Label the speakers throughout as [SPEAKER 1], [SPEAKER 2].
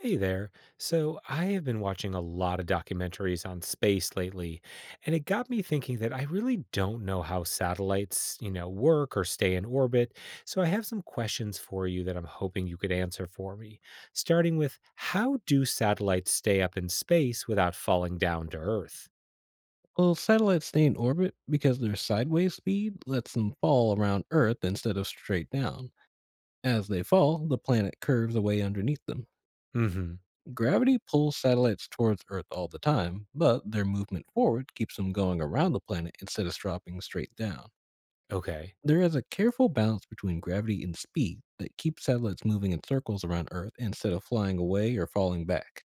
[SPEAKER 1] Hey there. So, I have been watching a lot of documentaries on space lately, and it got me thinking that I really don't know how satellites work or stay in orbit. So, I have some questions for you that I'm hoping you could answer for me. Starting with, how do satellites stay up in space without falling down to Earth?
[SPEAKER 2] Well, satellites stay in orbit because their sideways speed lets them fall around Earth instead of straight down. As they fall, the planet curves away underneath them.
[SPEAKER 1] Mhm.
[SPEAKER 2] Gravity pulls satellites towards Earth all the time, but their movement forward keeps them going around the planet instead of dropping straight down.
[SPEAKER 1] Okay.
[SPEAKER 2] There is a careful balance between gravity and speed that keeps satellites moving in circles around Earth instead of flying away or falling back.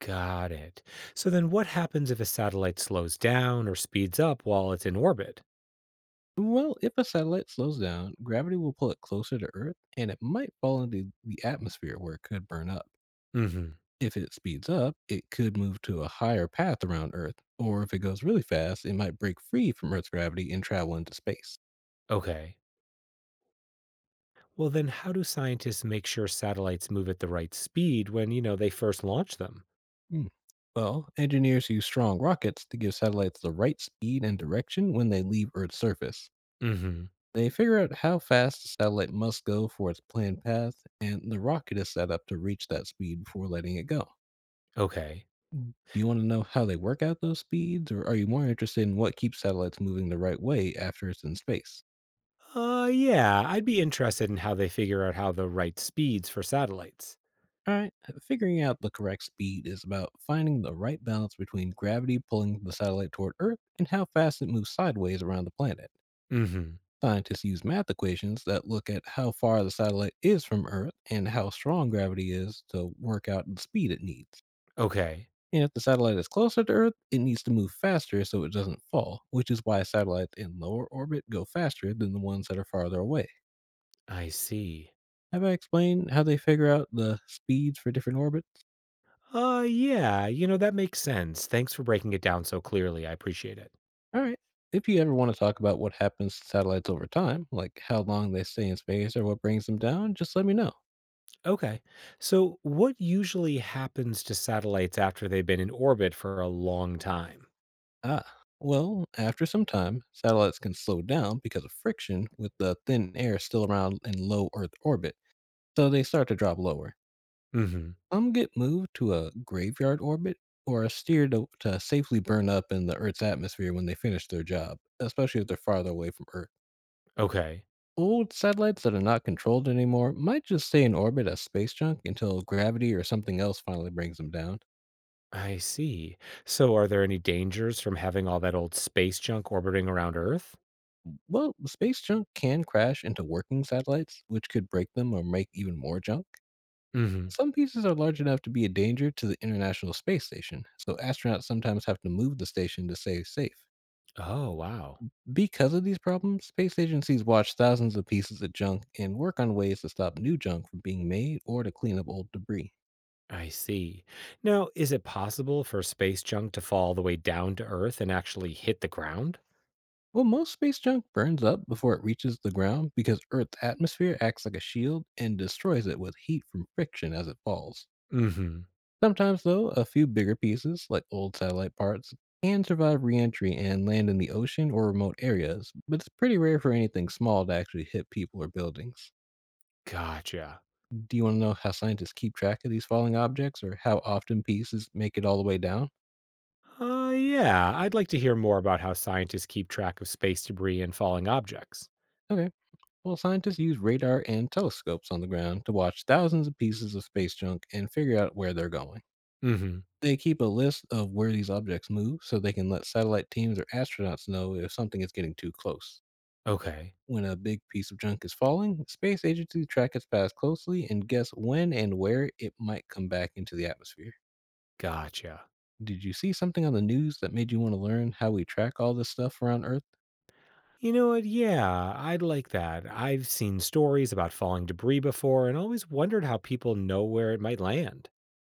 [SPEAKER 1] Got it. So then what happens if a satellite slows down or speeds up while it's in orbit?
[SPEAKER 2] Well, if a satellite slows down, gravity will pull it closer to Earth and it might fall into the atmosphere where it could burn up.
[SPEAKER 1] Mhm.
[SPEAKER 2] If it speeds up, it could move to a higher path around Earth, or if it goes really fast, it might break free from Earth's gravity and travel into space.
[SPEAKER 1] Okay. Well, then how do scientists make sure satellites move at the right speed when they first launch them?
[SPEAKER 2] Hmm. Well, engineers use strong rockets to give satellites the right speed and direction when they leave Earth's surface.
[SPEAKER 1] Hmm.
[SPEAKER 2] They figure out how fast the satellite must go for its planned path, and the rocket is set up to reach that speed before letting it go.
[SPEAKER 1] Okay.
[SPEAKER 2] Do you want to know how they work out those speeds, or are you more interested in what keeps satellites moving the right way after it's in space?
[SPEAKER 1] Yeah, I'd be interested in how they figure out how the right speeds for satellites.
[SPEAKER 2] Alright, figuring out the correct speed is about finding the right balance between gravity pulling the satellite toward Earth and how fast it moves sideways around the planet.
[SPEAKER 1] Hmm.
[SPEAKER 2] Scientists use math equations that look at how far the satellite is from Earth and how strong gravity is to work out the speed it needs.
[SPEAKER 1] Okay.
[SPEAKER 2] And if the satellite is closer to Earth, it needs to move faster so it doesn't fall, which is why satellites in lower orbit go faster than the ones that are farther away.
[SPEAKER 1] I see.
[SPEAKER 2] Have I explained how they figure out the speeds for different orbits?
[SPEAKER 1] Yeah, that makes sense. Thanks for breaking it down so clearly. I appreciate it.
[SPEAKER 2] All right. If you ever want to talk about what happens to satellites over time, like how long they stay in space or what brings them down, just let me know.
[SPEAKER 1] Okay. So, what usually happens to satellites after they've been in orbit for a long time?
[SPEAKER 2] Ah, well, after some time, satellites can slow down because of friction with the thin air still around in low Earth orbit, so they start to drop lower.
[SPEAKER 1] Hmm.
[SPEAKER 2] Some get moved to a graveyard orbit or are steered to safely burn up in the Earth's atmosphere when they finish their job, especially if they're farther away from Earth.
[SPEAKER 1] Okay.
[SPEAKER 2] Old satellites that are not controlled anymore might just stay in orbit as space junk until gravity or something else finally brings them down.
[SPEAKER 1] I see. So, are there any dangers from having all that old space junk orbiting around Earth?
[SPEAKER 2] Well, space junk can crash into working satellites, which could break them or make even more junk.
[SPEAKER 1] Hmm.
[SPEAKER 2] Some pieces are large enough to be a danger to the International Space Station, so astronauts sometimes have to move the station to stay safe.
[SPEAKER 1] Oh, wow.
[SPEAKER 2] Because of these problems, space agencies watch thousands of pieces of junk and work on ways to stop new junk from being made or to clean up old debris.
[SPEAKER 1] I see. Now, is it possible for space junk to fall all the way down to Earth and actually hit the ground?
[SPEAKER 2] Well, most space junk burns up before it reaches the ground because Earth's atmosphere acts like a shield and destroys it with heat from friction as it falls.
[SPEAKER 1] Hmm.
[SPEAKER 2] Sometimes, though, a few bigger pieces, like old satellite parts, can survive re entry and land in the ocean or remote areas, but it's pretty rare for anything small to actually hit people or buildings.
[SPEAKER 1] Gotcha.
[SPEAKER 2] Do you want to know how scientists keep track of these falling objects or how often pieces make it all the way down?
[SPEAKER 1] Yeah, I'd like to hear more about how scientists keep track of space debris and falling objects.
[SPEAKER 2] Okay. Well, scientists use radar and telescopes on the ground to watch thousands of pieces of space junk and figure out where they're going.
[SPEAKER 1] Hmm.
[SPEAKER 2] They keep a list of where these objects move so they can let satellite teams or astronauts know if something is getting too close.
[SPEAKER 1] Okay.
[SPEAKER 2] When a big piece of junk is falling, space agencies track its path closely and guess when and where it might come back into the atmosphere.
[SPEAKER 1] Gotcha.
[SPEAKER 2] Did you see something on the news that made you want to learn how we track all this stuff around Earth?
[SPEAKER 1] You know what? Yeah, I'd like that. I've seen stories about falling debris before and always wondered how people know where it might land.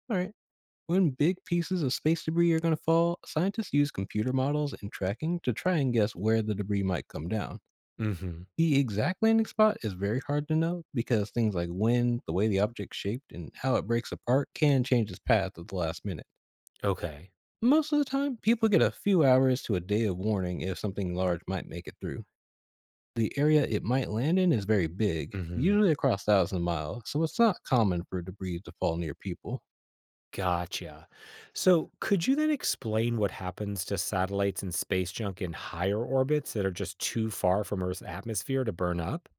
[SPEAKER 2] All right. When big pieces of space debris are going to fall, scientists use computer models and tracking to try and guess where the debris might come down.
[SPEAKER 1] Hmm.
[SPEAKER 2] The exact landing spot is very hard to know because things like wind, the way the object's shaped, and how it breaks apart can change its path at the last minute.
[SPEAKER 1] Okay.
[SPEAKER 2] Most of the time, people get a few hours to a day of warning if something large might make it through. The area it might land in is very big,
[SPEAKER 1] Hmm.
[SPEAKER 2] usually across thousands of miles, so it's not common for debris to fall near people.
[SPEAKER 1] Gotcha. So could you then explain what happens to satellites and space junk in higher orbits that are just too far from Earth's atmosphere to burn up?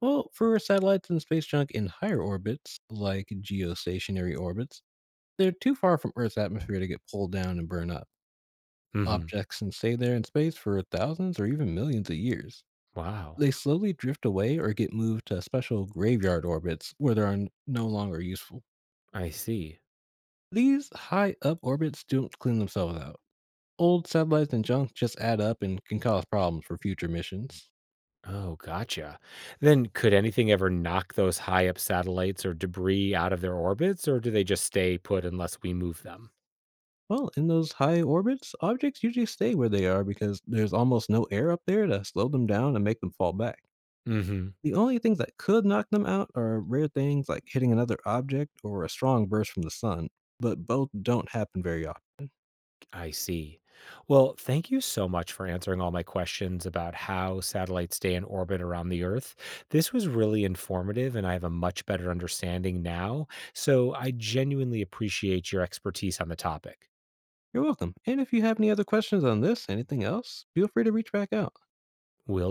[SPEAKER 2] Well, for satellites and space junk in higher orbits, like geostationary orbits, they're too far from Earth's atmosphere to get pulled down and burn up.
[SPEAKER 1] Hmm.
[SPEAKER 2] Objects can stay there in space for thousands or even millions of years.
[SPEAKER 1] Wow.
[SPEAKER 2] They slowly drift away or get moved to special graveyard orbits where they are no longer useful.
[SPEAKER 1] I see.
[SPEAKER 2] These high up orbits don't clean themselves out. Old satellites and junk just add up and can cause problems for future missions.
[SPEAKER 1] Oh, gotcha. Then could anything ever knock those high up satellites or debris out of their orbits, or do they just stay put unless we move them?
[SPEAKER 2] Well, in those high orbits, objects usually stay where they are because there's almost no air up there to slow them down and make them fall back.
[SPEAKER 1] Hmm.
[SPEAKER 2] The only things that could knock them out are rare things like hitting another object or a strong burst from the sun, but both don't happen very often.
[SPEAKER 1] I see. Well, thank you so much for answering all my questions about how satellites stay in orbit around the Earth. This was really informative, and I have a much better understanding now. So I genuinely appreciate your expertise on the topic.
[SPEAKER 2] You're welcome. And if you have any other questions on this, anything else, feel free to reach back out.
[SPEAKER 1] Will